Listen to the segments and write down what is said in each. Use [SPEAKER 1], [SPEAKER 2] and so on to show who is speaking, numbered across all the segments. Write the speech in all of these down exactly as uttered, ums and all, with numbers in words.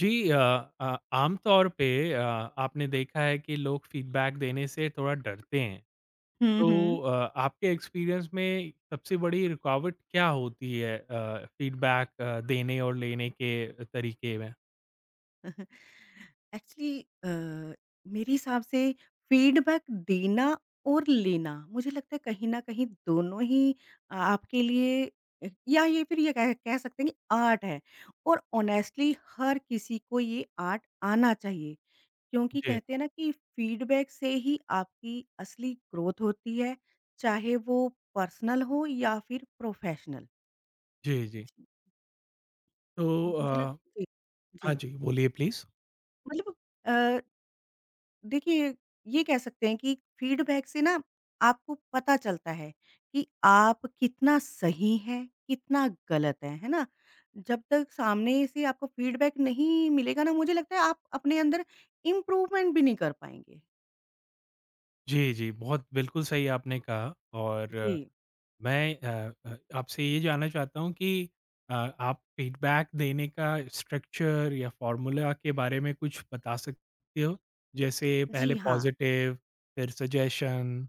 [SPEAKER 1] जी अ, अ, आमतौर पे अ, आपने देखा है कि लोग फीडबैक देने से थोड़ा डरते हैं।
[SPEAKER 2] हुँ,
[SPEAKER 1] तो
[SPEAKER 2] हुँ।
[SPEAKER 1] अ, आपके एक्सपीरियंस में सबसे बड़ी रुकावट क्या होती है अ, फीडबैक अ, देने और लेने के तरीके में?
[SPEAKER 2] एक्चुअली अ, मेरे हिसाब से फीडबैक देना और लेना, मुझे लगता है कहीं न कहीं दोनों ही अ, आपके लिए अ, या ये फिर ये कह कह सकते हैं कि आर्ट है और ऑनेस्टली हर किसी को ये आर्ट आना चाहिए। क्योंकि
[SPEAKER 1] जी।
[SPEAKER 2] कहते हैं ना कि फीडबैक से ही आपकी असली ग्रोथ होती है, चाहे वो पर्सनल हो या फिर प्रोफेशनल।
[SPEAKER 1] जी, जी।
[SPEAKER 2] जी।
[SPEAKER 1] तो
[SPEAKER 2] तो मुझे लग
[SPEAKER 1] अ,
[SPEAKER 2] जी,
[SPEAKER 1] हाँ
[SPEAKER 2] जी।
[SPEAKER 1] जी, बोलिए प्लीज़।
[SPEAKER 2] मतलब अ देखिए, ये कह सकते हैं कि फीडबैक से ना आपको पता चलता है कि आप कितना सही हैं, कितना गलत हैं, है ना? जब तक सामने से आपको फीडबैक नहीं मिलेगा ना, मुझे लगता है आप अपने अंदर इम्प्रूवमेंट भी नहीं कर पाएँगे।
[SPEAKER 1] जी, जी। बहुत बिल्कुल सही आपने कहा और
[SPEAKER 2] जी।
[SPEAKER 1] मैं अ अ, आपसे ये जानना चाहता हूँ कि अ, आप फीडबैक देने का स्ट्रक्चर या फॉर्मूला के बारे में कुछ बता सकते हो? जैसे पहले
[SPEAKER 2] जी, हाँ।
[SPEAKER 1] पॉज़िटिव, फिर सजेशन,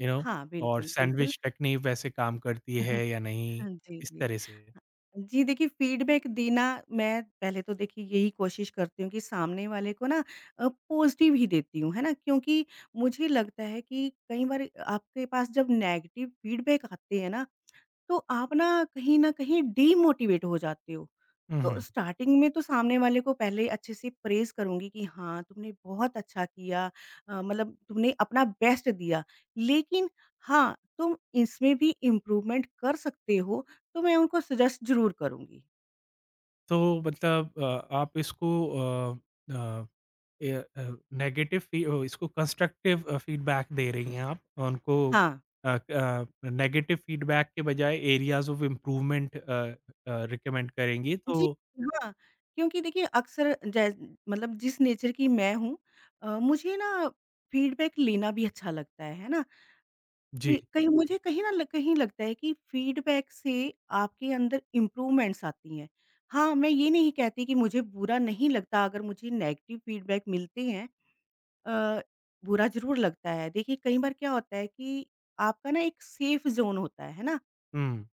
[SPEAKER 1] यू नो
[SPEAKER 2] हाँ,
[SPEAKER 1] और
[SPEAKER 2] बिल्कुल, बिल्कुल।
[SPEAKER 1] सैंडविच टेक्निक वैसे काम करती है या नहीं?
[SPEAKER 2] हाँ जी,
[SPEAKER 1] इस
[SPEAKER 2] जी।
[SPEAKER 1] तरह से।
[SPEAKER 2] अ, जी देखिए फ़ीडबैक देना मैं पहले तो देखिए यही कोशिश करती हूँ कि सामने वाले को ना अ, पॉज़िटिव ही देती हूँ, है ना? क्योंकि मुझे लगता है कि कई बार आपके पास जब नेगेटिव फ़ीडबैक आते हैं ना, तो आप ना कहीं न कहीं डीमोटिवेट हो जाते हो।
[SPEAKER 1] हुँ,
[SPEAKER 2] तो
[SPEAKER 1] हुँ।
[SPEAKER 2] स्टार्टिंग में तो सामने वाले को पहले ही अच्छे से प्रेज़ करूँगी कि हाँ, तुमने बहुत अच्छा किया अ, मतलब तुमने अपना बेस्ट दिया। लेकिन हाँ, तुम इसमें भी इम्प्रूवमेंट कर सकते हो, तो मैं उनको सजेस्ट ज़रूर करूँगी।
[SPEAKER 1] तो मतलब अ, आप इसको अ अ ए अ, नेगेटिव फी ओ इसको कंस्ट्रक्टिव अ, फीडबैक दे रही हैं आप। उनको
[SPEAKER 2] हाँ।
[SPEAKER 1] अ, क नेगेटिव फीडबैक के बजाय एरियाज़ ऑफ इम्प्रूवमेंट अ अ, रिकमेंड करेंगी तो
[SPEAKER 2] जी, हाँ। क्योंकि देखिए अक्सर जै मतलब जिस नेचर की मैं हूँ अ, मुझे ना फीडबैक लेना भी अच्छा लगता है, है ना?
[SPEAKER 1] जी।
[SPEAKER 2] कहीं कहीं मुझे कहीं न ल कहीं लगता है कि फीडबैक से आपके अंदर इम्प्रूवमेंट्स आती हैं। हाँ, मैं ये नहीं कहती कि मुझे बुरा नहीं लगता अगर मुझे नेगेटिव फीडबैक मिलते हैं अ, बुरा ज़रूर लगता है। देखिए कई बार क्या होता है कि आपका ना एक सेफ ज़ोन होता है, है ना?
[SPEAKER 1] हुँ,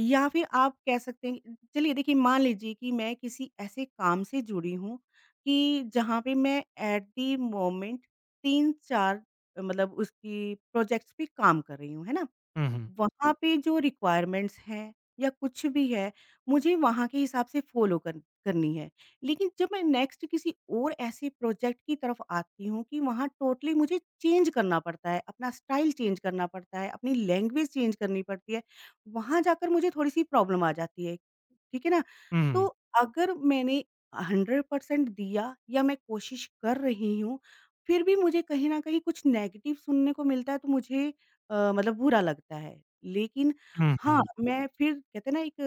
[SPEAKER 2] या फिर आप कह सकते हैं चलिए देखिए मान लीजिए कि मैं किसी ऐसे काम से जुड़ी हूँ कि जहाँ पे मैं एट द मोमेंट तीन चार मतलब उसकी प्रोजेक्ट्स पे काम कर रही हूँ, है ना?
[SPEAKER 1] हुँ, हुँ,
[SPEAKER 2] वहाँ पे जो रिक्वायरमेंट्स हैं या कुछ भी है, मुझे वहाँ के हिसाब से फ़ॉलो कर करनी है। लेकिन जब मैं नेक्स्ट किसी और ऐसे प्रोजेक्ट की तरफ आती हूँ कि वहाँ टोटली मुझे चेंज करना पड़ता है, अपना स्टाइल चेंज करना पड़ता है, अपनी लैंग्वेज चेंज करनी पड़ती है, वहाँ जाकर मुझे थोड़ी-सी प्रॉब्लम आ जाती है। ठीक है ना?
[SPEAKER 1] हुँ,
[SPEAKER 2] तो अगर मैंने हंड्रेड परसेंट दिया या मैं कोशिश कर रही हूँ, फिर भी मुझे कहीं न कहीं कुछ नेगेटिव सुनने को मिलता है, तो मुझे अ, मतलब बुरा लगता है। लेकिन
[SPEAKER 1] हुँ,
[SPEAKER 2] हाँ,
[SPEAKER 1] हुँ।
[SPEAKER 2] मैं फिर कहते हैं ना एक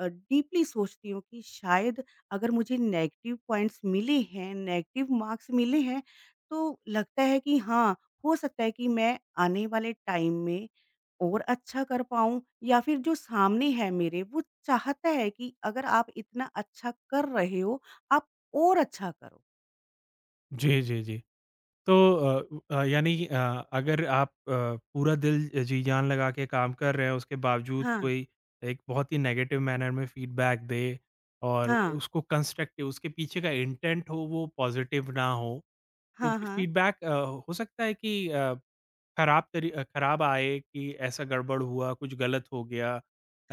[SPEAKER 2] अ, डीपली सोचती हूँ कि शायद अगर मुझे नेगेटिव पॉइंट्स मिले हैं, नेगेटिव मार्क्स मिले हैं, तो लगता है कि हाँ, हो सकता है कि मैं आने वाले टाइम में और अच्छा कर पाऊँ या फिर जो सामने है मेरे वो चाहता है कि अगर आप इतना अच्छा कर रहे हो, आप और अच्छा करो।
[SPEAKER 1] जी, जी, जी। तो अ अ, यानी अ, अगर आप अ, पूरा दिल जी जान लगा के काम कर रहे हैं, उसके बावजूद
[SPEAKER 2] हाँ,
[SPEAKER 1] कोई एक बहुत ही नेगेटिव मैनर में फीडबैक दे और
[SPEAKER 2] हाँ।
[SPEAKER 1] उसको कंस्ट्रक्टिव उसके पीछे का इंटेंट हो वो पॉज़िटिव ना हो
[SPEAKER 2] हाँ,
[SPEAKER 1] क्योंकि
[SPEAKER 2] हाँ।
[SPEAKER 1] फीडबैक अ, हो सकता है कि अ, खराब तरी अ, खराब आए कि ऐसा गड़बड़ हुआ, कुछ गलत हो गया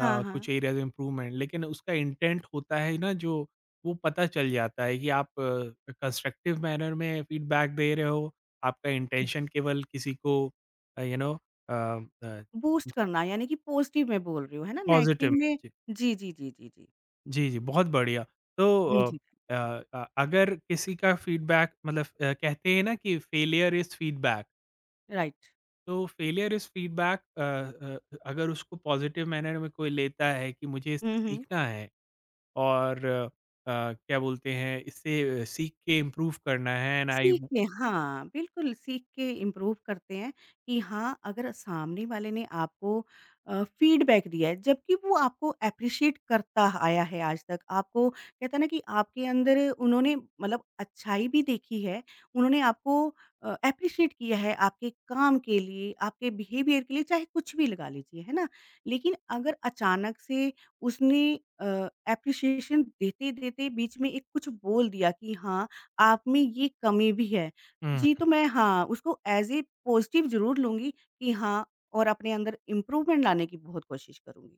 [SPEAKER 2] हाँ,
[SPEAKER 1] कुछ
[SPEAKER 2] हाँ।
[SPEAKER 1] एरियाज़ में इम्प्रूवमेंट लेकिन उसका इंटेंट होता है ना जो, वो पता चल जाता है कि आप अ, कंस्ट्रक्टिव मैनर में फीडबैक दे रहे हो, आपका इंटेंशन केवल किसी को अ, यू नो अ अ,
[SPEAKER 2] बूस्ट करना यानी कि पॉज़िटिव में बोल रही हूँ, है ना?
[SPEAKER 1] पॉज़िटिव
[SPEAKER 2] नेगेटिव
[SPEAKER 1] में
[SPEAKER 2] में
[SPEAKER 1] जी।
[SPEAKER 2] जी, जी, जी, जी, जी।
[SPEAKER 1] जी, जी, बहुत बढ़िया। तो
[SPEAKER 2] हुँ,
[SPEAKER 1] अ
[SPEAKER 2] जी,
[SPEAKER 1] अ अ, अगर किसी का फीडबैक मतलब अ, कहते हैं ना कि फेलियर इज़ फीडबैक
[SPEAKER 2] राइट।
[SPEAKER 1] तो फेलियर इज़ फीडबैक अ अ, अगर उसको पॉज़िटिव मैनर में कोई लेता है कि मुझे इससे
[SPEAKER 2] हुँ, हुँ।
[SPEAKER 1] सीखना है और अ, क्या बोलते हैं इससे सीख के इम्प्रूव करना है एंड आई
[SPEAKER 2] सीख के हाँ, बिल्कुल सीख के इम्प्रूव करते हैं कि हाँ, अगर सामने वाले ने आपको अ, फीडबैक दिया है, जबकि वो आपको एप्रिशिएट करता आया है आज तक, आपको कहते हैं ना कि आपके अंदर उन्होंने मतलब अच्छाई भी देखी है, उन्होंने आपको अ, एप्रिशिएट किया है आपके काम के लिए, आपके बिहेवियर के लिए, चाहे कुछ भी लगा लीजिए, है ना? लेकिन अगर अचानक से उसने अ, एप्रिशिएशन देते-देते बीच में एक कुछ बोल दिया कि हाँ आप में ये कमी भी है।
[SPEAKER 1] हुँ,
[SPEAKER 2] जी, तो मैं हाँ, उसको एज़ ए पॉज़िटिव ज़रूर लूँगी कि हाँ और अपने अंदर इम्प्रूवमेंट लाने की बहुत कोशिश करूँगी।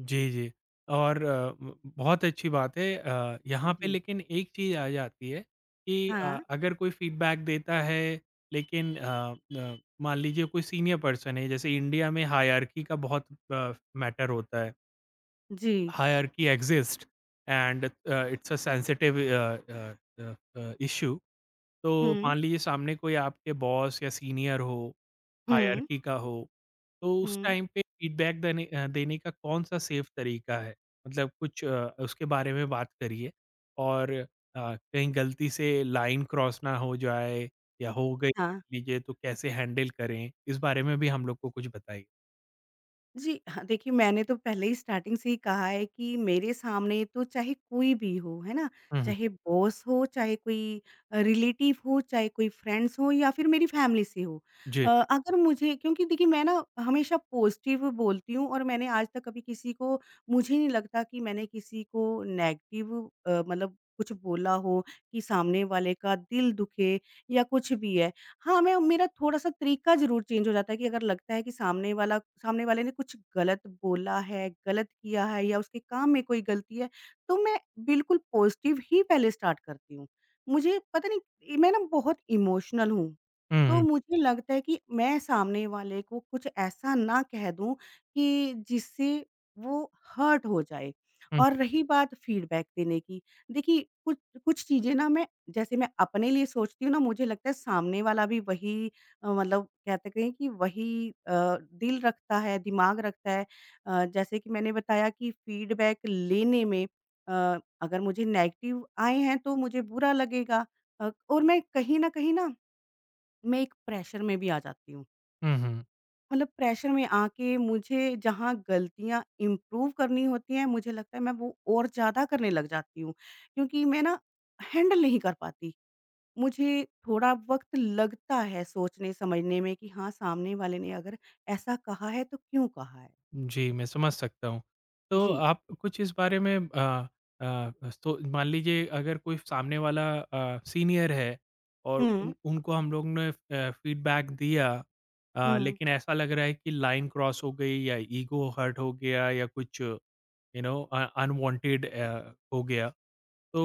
[SPEAKER 1] जी, जी। और अ, ब बहुत अच्छी बात है अ, यहाँ पे
[SPEAKER 2] जी।
[SPEAKER 1] लेकिन एक चीज़ आ जाती है कि अ,
[SPEAKER 2] हाँ।
[SPEAKER 1] अगर कोई फीडबैक देता है लेकिन अ, न मान लीजिए कोई सीनियर पर्सन है जैसे इंडिया में हायरार्की का बहुत अ, मैटर होता है।
[SPEAKER 2] जी।
[SPEAKER 1] hierarchy exists and uh, it's a sensitive uh, uh, uh, uh, issue तो
[SPEAKER 2] हुँ।
[SPEAKER 1] मान लीजिए सामने कोई आपके बॉस या सीनियर हो
[SPEAKER 2] हुँ।
[SPEAKER 1] हायरकी का हो तो उस
[SPEAKER 2] हुँ।
[SPEAKER 1] टाइम पे फीडबैक देने अ, देने का कौन सा सेफ तरीका है मतलब कुछ अ, उसके बारे में बात करिए और अ, कहीं गलती से लाइन क्रॉस ना हो जाए या हो गई
[SPEAKER 2] हाँ।
[SPEAKER 1] लीजिए तो कैसे हैंडल करें इस बारे में भी हम लोग को कुछ बताइए
[SPEAKER 2] जी, हाँ, देखिए मैंने तो पहले ही स्टार्टिंग से ही कहा है कि मेरे सामने तो चाहे कोई भी हो, है ना?
[SPEAKER 1] हम्म,
[SPEAKER 2] चाहे बॉस हो, चाहे कोई अ, रिलेटिव हो, चाहे कोई फ्रेंड्स हो या फिर मेरी फैमिली से हो।
[SPEAKER 1] जी
[SPEAKER 2] अ, अगर मुझे क्योंकि देखिए मैं ना हमेशा पॉजिटिव बोलती हूँ और मैंने आज तक कभी किसी को मुझे नहीं लगता कि मैंने किसी को नेगेटिव अ, मतलब कुछ बोला हो कि सामने वाले का दिल दुखे या कुछ भी है। हाँ, मैं मेरा थोड़ा-सा तरीका ज़रूर चेंज हो जाता है कि अगर लगता है कि सामने वाला सामने वाले ने कुछ गलत बोला है, गलत किया है या उसके काम में कोई गलती है, तो मैं बिल्कुल पॉज़िटिव ही पहले स्टार्ट करती हूँ। मुझे पता नहीं मैं ना बहुत इमोशनल हूँ, तो
[SPEAKER 1] हम्म
[SPEAKER 2] मुझे लगता है कि मैं सामने वाले को कुछ ऐसा ना कह दूँ कि जिससे वो हर्ट हो जाए।
[SPEAKER 1] हम्म
[SPEAKER 2] और रही बात फीडबैक देने की, देखिए कुछ कुछ चीज़ें ना मैं जैसे मैं अपने लिए सोचती हूँ ना मुझे लगता है सामने वाला भी वही अ, मतलब कहते कहें कि वही अ, दिल रखता है, दिमाग रखता है। अ, जैसे कि मैंने बताया कि फीडबैक लेने में अ, अगर मुझे नेगेटिव आए हैं तो मुझे बुरा लगेगा अ, और मैं कहीं न कहीं ना मैं एक प्रेशर में भी आ जाती हूँ।
[SPEAKER 1] हम्म
[SPEAKER 2] मतलब प्रेशर में आके मुझे जहाँ गलतियाँ इम्प्रूव करनी होती हैं मुझे लगता है मैं वो और ज़्यादा करने लग जाती हूँ, क्योंकि मैं ना हैंडल नहीं कर पाती। मुझे थोड़ा वक़्त लगता है सोचने-समझने में कि हाँ, सामने वाले ने अगर ऐसा कहा है तो क्यों कहा है?
[SPEAKER 1] जी, मैं समझ सकता हूँ। तो
[SPEAKER 2] जी।
[SPEAKER 1] आप कुछ इस बारे में अ अ, तो मान लीजिए अगर कोई सामने वाला अ, सीनियर है और
[SPEAKER 2] हुँ,
[SPEAKER 1] उन उनको हम लोग ने अ, फीडबैक दिया अ,
[SPEAKER 2] हुँ,
[SPEAKER 1] लेकिन ऐसा लग रहा है कि लाइन क्रॉस हो गई या ईगो हर्ट हो गया या कुछ यू नो अ, अनवांटेड अ, हो गया।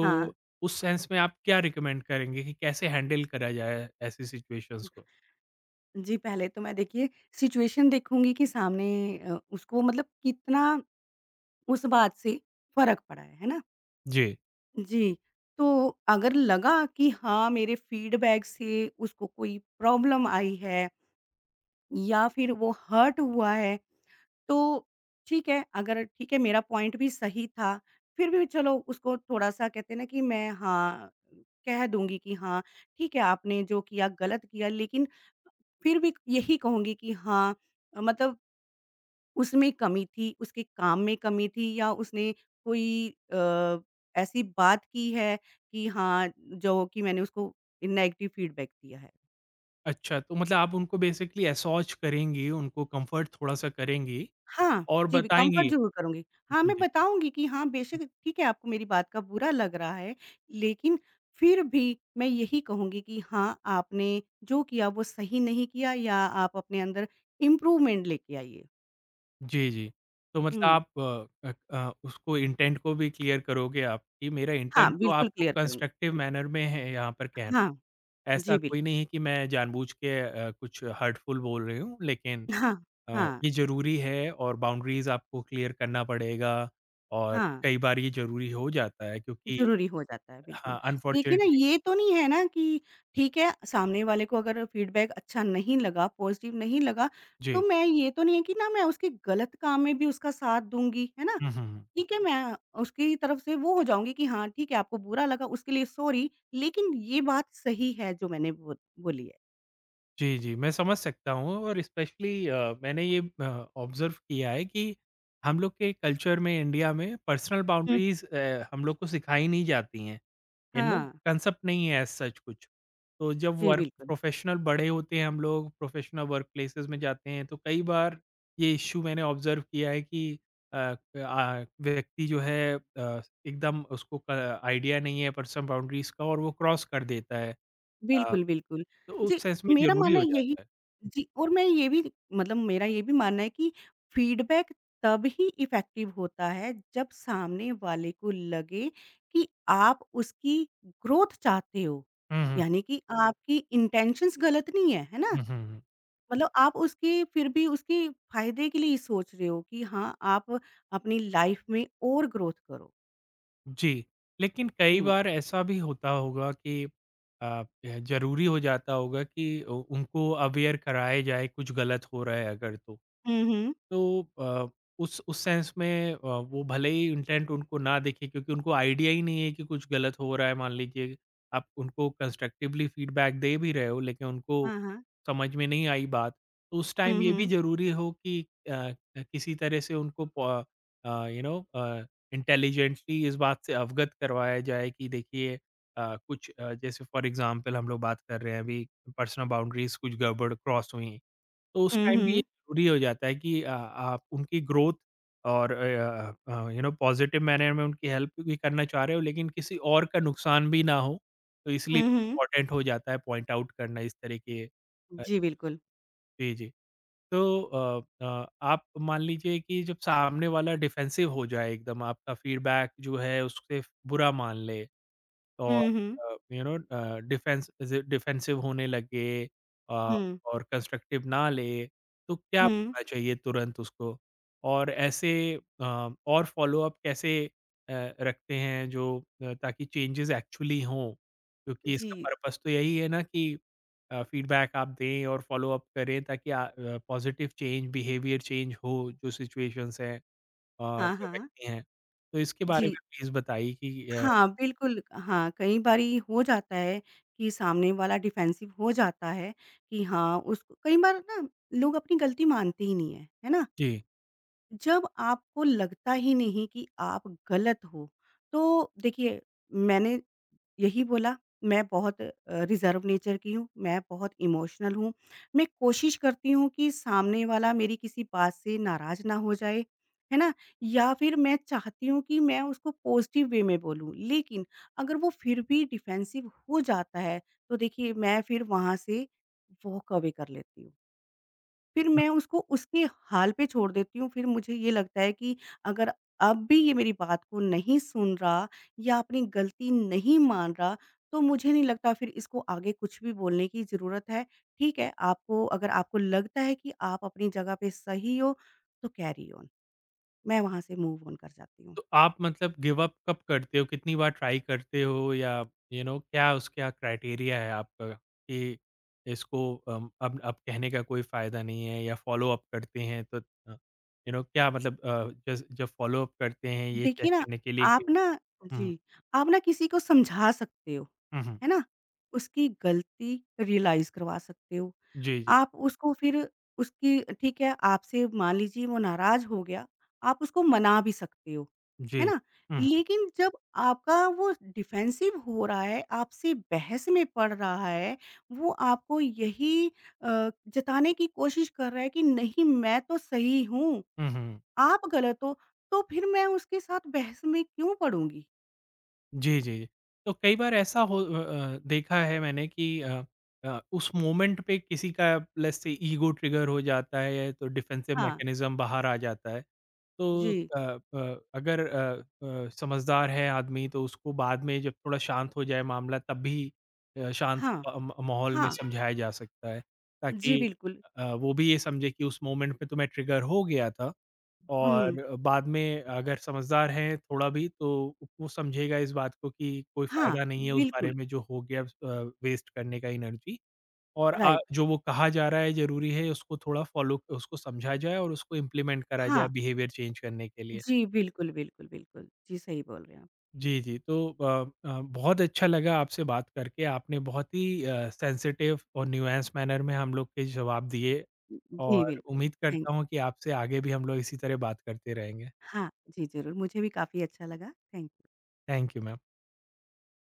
[SPEAKER 2] हाँ।
[SPEAKER 1] उस सेंस में आप क्या रिकमेंड करेंगे कि कैसे हैंडल करा जाए ऐसी सिचुएशंस को?
[SPEAKER 2] जी, पहले तो मैं देखिए सिचुएशन देखूँगी कि सामने अ, उसको मतलब कितना उस बात से फ़र्क पड़ा है, है ना?
[SPEAKER 1] जी।
[SPEAKER 2] जी, तो अगर लगा कि हाँ, मेरे फीडबैक से उसको कोई प्रॉब्लम आई है या फिर वो हर्ट हुआ है तो ठीक है, अगर ठीक है मेरा पॉइंट भी सही था, फिर भी चलो उसको थोड़ा-सा कहते हैं ना कि मैं हाँ, कह दूँगी कि हाँ, ठीक है आपने जो किया गलत किया लेकिन फिर भी यही कहूँगी कि हाँ, अ, मतलब उसमें कमी थी, उसके काम में कमी थी या उसने कोई अ, ऐसी बात की है कि हाँ, जो कि मैंने उसको नेगेटिव फीडबैक दिया है।
[SPEAKER 1] अच्छा, तो मतलब आप उनको बेसिकली असॉज करेंगी, उनको कम्फर्ट थोड़ा-सा करेंगी
[SPEAKER 2] हाँ,
[SPEAKER 1] और
[SPEAKER 2] जी, भी कम्फर्ट
[SPEAKER 1] बताएँगी
[SPEAKER 2] ज़रूर करूँगी। हाँ,
[SPEAKER 1] जी,
[SPEAKER 2] मैं
[SPEAKER 1] जी।
[SPEAKER 2] बताऊँगी कि हाँ, बेशक ठीक है आपको मेरी बात का बुरा लग रहा है, लेकिन फिर भी मैं यही कहूँगी कि हाँ, आपने जो किया वो सही नहीं किया या आप अपने अंदर इम्प्रूवमेंट लेके आइए।
[SPEAKER 1] जी, जी। तो मतलब
[SPEAKER 2] हुँ,
[SPEAKER 1] आप अ अ, अ, उसको इंटेंट को भी क्लियर करोगे आप कि मेरा
[SPEAKER 2] हाँ,
[SPEAKER 1] इंटेंट तो
[SPEAKER 2] बिल्कुल
[SPEAKER 1] आपको
[SPEAKER 2] क्लियर
[SPEAKER 1] कंस्ट्रक्टिव
[SPEAKER 2] करूँगी।
[SPEAKER 1] मैनर में है यहाँ पर कहना।
[SPEAKER 2] हाँ,
[SPEAKER 1] ऐसा
[SPEAKER 2] जी
[SPEAKER 1] कोई
[SPEAKER 2] बिल्कुल।
[SPEAKER 1] नहीं है कि मैं जानबूझ के अ, कुछ हर्टफुल बोल रही हूँ, लेकिन
[SPEAKER 2] हाँ,
[SPEAKER 1] अ,
[SPEAKER 2] हाँ,
[SPEAKER 1] ये ज़रूरी है और बाउंड्रीज़ आपको क्लियर करना पड़ेगा और
[SPEAKER 2] हाँ।
[SPEAKER 1] कई बार ये ज़रूरी हो जाता है क्योंकि
[SPEAKER 2] ज़रूरी हो जाता है, बिल्कुल।
[SPEAKER 1] हाँ,
[SPEAKER 2] देखिए ना,
[SPEAKER 1] अनफॉर्चुनेटली
[SPEAKER 2] ये तो नहीं है ना कि ठीक है, सामने वाले को अगर फीडबैक अच्छा नहीं लगा, पॉज़िटिव नहीं लगा, तो
[SPEAKER 1] जी।
[SPEAKER 2] मैं ये तो नहीं है कि ना मैं उसके गलत काम में भी उसका साथ दूँगी, है ना?
[SPEAKER 1] हुँ, हुँ, हुँ।
[SPEAKER 2] ठीक है, मैं उसकी तरफ से वो हो जाऊँगी कि हाँ, ठीक है, आपको बुरा लगा, उसके लिए सॉरी, लेकिन ये बात सही है जो मैंने बो बोली है।
[SPEAKER 1] जी, जी, मैं समझ सकता हूँ और स्पेशली अ, मैंने ये अ, ऑब्ज़र्व किया है कि हम लोग के कल्चर में इंडिया में पर्सनल
[SPEAKER 2] हुँ।
[SPEAKER 1] बाउंड्रीज़ अ, हम लोग को सिखाई नहीं जाती हैं, यू नो
[SPEAKER 2] हाँ,
[SPEAKER 1] कंसेप्ट नहीं है एज़ सच कुछ। तो जब
[SPEAKER 2] जी
[SPEAKER 1] वर्क
[SPEAKER 2] बिल्कुल।
[SPEAKER 1] प्रोफेशनल बड़े होते हैं हम लोग, प्रोफेशनल वर्क प्लेसेस में जाते हैं, तो कई बार ये इश्यू मैंने ऑब्ज़र्व किया है कि अ, आ व्यक्ति जो है अ, एकदम उसको क आइडिया नहीं है पर्सनल बाउंड्रीज़ का और वो क्रॉस कर देता है। हाँ।
[SPEAKER 2] बिल्कुल, बिल्कुल।
[SPEAKER 1] तो
[SPEAKER 2] जी,
[SPEAKER 1] उस सेंस में
[SPEAKER 2] मेरा
[SPEAKER 1] ज़रूरी
[SPEAKER 2] मानना
[SPEAKER 1] हो
[SPEAKER 2] यही
[SPEAKER 1] जाता है।
[SPEAKER 2] जी, और मैं ये भी मतलब मेरा ये भी मानना है कि फीडबैक तब ही इफ़ेक्टिव होता है, जब सामने वाले को लगे कि आप उसकी ग्रोथ चाहते हो।
[SPEAKER 1] हुँ, हुँ।
[SPEAKER 2] यानी कि आपकी इंटेंशंस गलत नहीं है, है ना?
[SPEAKER 1] हुँ, हुँ, हुँ।
[SPEAKER 2] मतलब आप उसके फिर भी उसके फ़ायदे के लिए ही सोच रहे हो कि हाँ, आप अपनी लाइफ़ में और ग्रोथ करो।
[SPEAKER 1] जी, लेकिन कई
[SPEAKER 2] हुँ।
[SPEAKER 1] बार ऐसा भी होता होगा कि अ, ज़रूरी हो जाता होगा कि उ उनको अवेयर कराया जाए कुछ गलत हो रहा है अगर तो।
[SPEAKER 2] हुँ, हुँ।
[SPEAKER 1] तो अ, उस उस सेंस में अ, वो भले ही इंटेंट उनको ना दिखे क्योंकि उनको आइडिया ही नहीं है कि कुछ गलत हो रहा है मान लीजिए आप उनको कंस्ट्रक्टिवली फीडबैक दे भी रहे हो लेकिन उनको
[SPEAKER 2] हाँ, हाँ।
[SPEAKER 1] समझ में नहीं आई बात तो उस
[SPEAKER 2] हुँ,
[SPEAKER 1] टाइम ये भी
[SPEAKER 2] हुँ।
[SPEAKER 1] ज़रूरी हो कि अ, अ, किसी तरह से उनको यू नो इंटेलिजेंटली इस बात से अवगत करवाया जाए कि देखिए अ, कुछ अ, जैसे फॉर एग्जांपल हम लोग बात कर रहे हैं अभी पर्सनल बाउंड्रीज कुछ गड़बड़ क्रॉस हुई हैं, तो उस
[SPEAKER 2] हुँ,
[SPEAKER 1] टाइम भी ये
[SPEAKER 2] हुँ।
[SPEAKER 1] ज़रूरी हो जाता है कि अ, आप उनकी ग्रोथ और अ अ, यू नो पॉज़िटिव मैनर में उनकी हेल्प भी करना चाह रहे हो लेकिन किसी और का नुकसान भी ना हो, तो इसलिए
[SPEAKER 2] हुँ, हुँ।
[SPEAKER 1] इम्पोर्टेंट हो जाता है पॉइंट आउट करना इस तरह के अ,
[SPEAKER 2] जी,
[SPEAKER 1] इश्यूज़।
[SPEAKER 2] बिल्कुल।
[SPEAKER 1] जी, जी। तो अ अ, आप मान लीजिए कि जब सामने वाला डिफेंसिव हो जाए एकदम आपका फीडबैक जो है उससे बुरा मान ले और
[SPEAKER 2] हुँ, हुँ।
[SPEAKER 1] अ, यू नो अ, डिफेंस ज डिफेंसिव होने लगे अ,
[SPEAKER 2] हुँ,
[SPEAKER 1] और कंस्ट्रक्टिव ना ले, तो क्या
[SPEAKER 2] हुँ।
[SPEAKER 1] बोलना चाहिए तुरंत उसको? और ऐसे अ, और फ़ॉलो-अप कैसे अ, रखते हैं जो अ, ताकि चेंजेज़ एक्चुअली हों? क्योंकि इसका
[SPEAKER 2] जी।
[SPEAKER 1] पर्पज़ तो यही है ना कि अ, फ़ीडबैक आप दें और फ़ॉलो-अप करें ताकि आ अ, पॉज़िटिव चेंज, बिहेवियर चेंज हो जो सिचुएशंस हैं अ,
[SPEAKER 2] हाँ,
[SPEAKER 1] या
[SPEAKER 2] हाँ।
[SPEAKER 1] व्यक्ति हैं। तो इसके बारे
[SPEAKER 2] जी।
[SPEAKER 1] में प्लीज़ बताइए कि अ
[SPEAKER 2] हाँ, बिल्कुल हाँ, कई बारी हो जाता है कि सामने वाला डिफेंसिव हो जाता है कि हाँ, उसको कई बार ना लोग अपनी गलती मानते ही नहीं है, है ना?
[SPEAKER 1] जी।
[SPEAKER 2] जब आपको लगता ही नहीं कि आप गलत हो, तो देखिए मैंने यही बोला, मैं बहुत अ, रिज़र्व नेचर की हूँ, मैं बहुत इमोशनल हूँ। मैं कोशिश करती हूँ कि सामने वाला मेरी किसी बात से नाराज़ ना हो जाए, है ना? या फिर मैं चाहती हूँ कि मैं उसको पॉज़िटिव वे में बोलूँ, लेकिन अगर वो फिर भी डिफेंसिव हो जाता है, तो देखिए मैं फिर वहाँ से वॉक अवे कर लेती हूँ। फिर मैं उसको उसके हाल पे छोड़ देती हूँ, फिर मुझे ये लगता है कि अगर अब भी ये मेरी बात को नहीं सुन रहा या अपनी गलती नहीं मान रहा, तो मुझे नहीं लगता फिर इसको आगे कुछ भी बोलने की ज़रूरत है। ठीक है, आपको अगर आपको लगता है कि आप अपनी जगह पे सही हो, तो कैरी ऑन। मैं वहाँ से मूव ऑन कर जाती हूँ।
[SPEAKER 1] तो आप मतलब गिव अप कब करते हो? कितनी बार ट्राई करते हो या यू नो क्या उसका क्राइटेरिया है आपका कि इसको अम, अब अब कहने का कोई फ़ायदा नहीं है या फ़ॉलो अप करते हैं तो अ, यू नो क्या मतलब अ, जस जब फ़ॉलो अप करते हैं ये चेक
[SPEAKER 2] देखिए ना,
[SPEAKER 1] करने के लिए कि
[SPEAKER 2] आप ना
[SPEAKER 1] हुँ,
[SPEAKER 2] जी, आप ना किसी को समझा सकते हो,
[SPEAKER 1] हुँ, हुँ,
[SPEAKER 2] है ना? उसकी गलती रियलाइज़ करवा सकते हो।
[SPEAKER 1] जी, जी,
[SPEAKER 2] आप उसको फिर उसकी ठीक है, आपसे मान लीजिए वो नाराज़ हो गया, आप उसको मना भी सकते हो, है
[SPEAKER 1] जी।
[SPEAKER 2] ना?
[SPEAKER 1] हुँ,
[SPEAKER 2] लेकिन जब आपका वो डिफेंसिव हो रहा है, आपसे बहस में पड़ रहा है, वो आपको यही अ, जताने की कोशिश कर रहा है कि नहीं मैं तो सही हूँ।
[SPEAKER 1] हुँ, हुँ, हुँ।
[SPEAKER 2] आप गलत हो, तो फिर मैं उसके साथ बहस में क्यों पड़ूँगी?
[SPEAKER 1] जी, जी, जी। तो कई बार ऐसा हो अ अ, देखा है मैंने कि अ अ, उस मोमेंट पे किसी का लेट्स से ईगो ट्रिगर हो जाता है, या तो डिफेंसिव
[SPEAKER 2] हाँ,
[SPEAKER 1] मैकेनिज़्म बाहर आ जाता है। तो
[SPEAKER 2] जी,
[SPEAKER 1] अ अ, अगर अ अ, समझदार है आदमी तो उसको बाद में जब थोड़ा शांत हो जाए मामला तब भी अ, शांत
[SPEAKER 2] हाँ,
[SPEAKER 1] अ, म माहौल में
[SPEAKER 2] हाँ,
[SPEAKER 1] समझाया जा सकता है, ताकि
[SPEAKER 2] जी, बिल्कुल,
[SPEAKER 1] अ, वो भी ये समझे कि उस मोमेंट पे तो मैं ट्रिगर हो गया था। और
[SPEAKER 2] हुँ,
[SPEAKER 1] बाद में अगर समझदार हैं थोड़ा भी तो वो समझेगा इस बात को कि कोई
[SPEAKER 2] हाँ,
[SPEAKER 1] फ़ायदा नहीं है उस बारे
[SPEAKER 2] बिल्कुल,
[SPEAKER 1] में जो हो गया अ, वेस्ट करने का एनर्जी और अ,
[SPEAKER 2] राइट,
[SPEAKER 1] जो वो कहा जा रहा है ज़रूरी है उसको थोड़ा फ़ॉलो उसको समझा जाए और उसको इम्प्लीमेंट करा जाए
[SPEAKER 2] हाँ,
[SPEAKER 1] बिहेवियर चेंज करने के लिए।
[SPEAKER 2] जी, बिल्कुल, बिल्कुल, बिल्कुल, जी, सही बोल रहे हैं आप।
[SPEAKER 1] जी, जी। तो अ अ, बहुत अच्छा लगा आपसे बात करके। आपने बहुत ही अ, सेंसिटिव और न्यूएंस मैनर में हम लोग के जवाब दिए
[SPEAKER 2] जी,
[SPEAKER 1] और
[SPEAKER 2] बिल्कुल,
[SPEAKER 1] उम्मीद
[SPEAKER 2] थैंक
[SPEAKER 1] करता हूँ कि आपसे आगे भी हम लोग इसी तरह बात करते रहेंगे।
[SPEAKER 2] हाँ, जी, ज़रूर, मुझे भी काफ़ी अच्छा लगा, थैंक
[SPEAKER 1] थैंक यू मैम।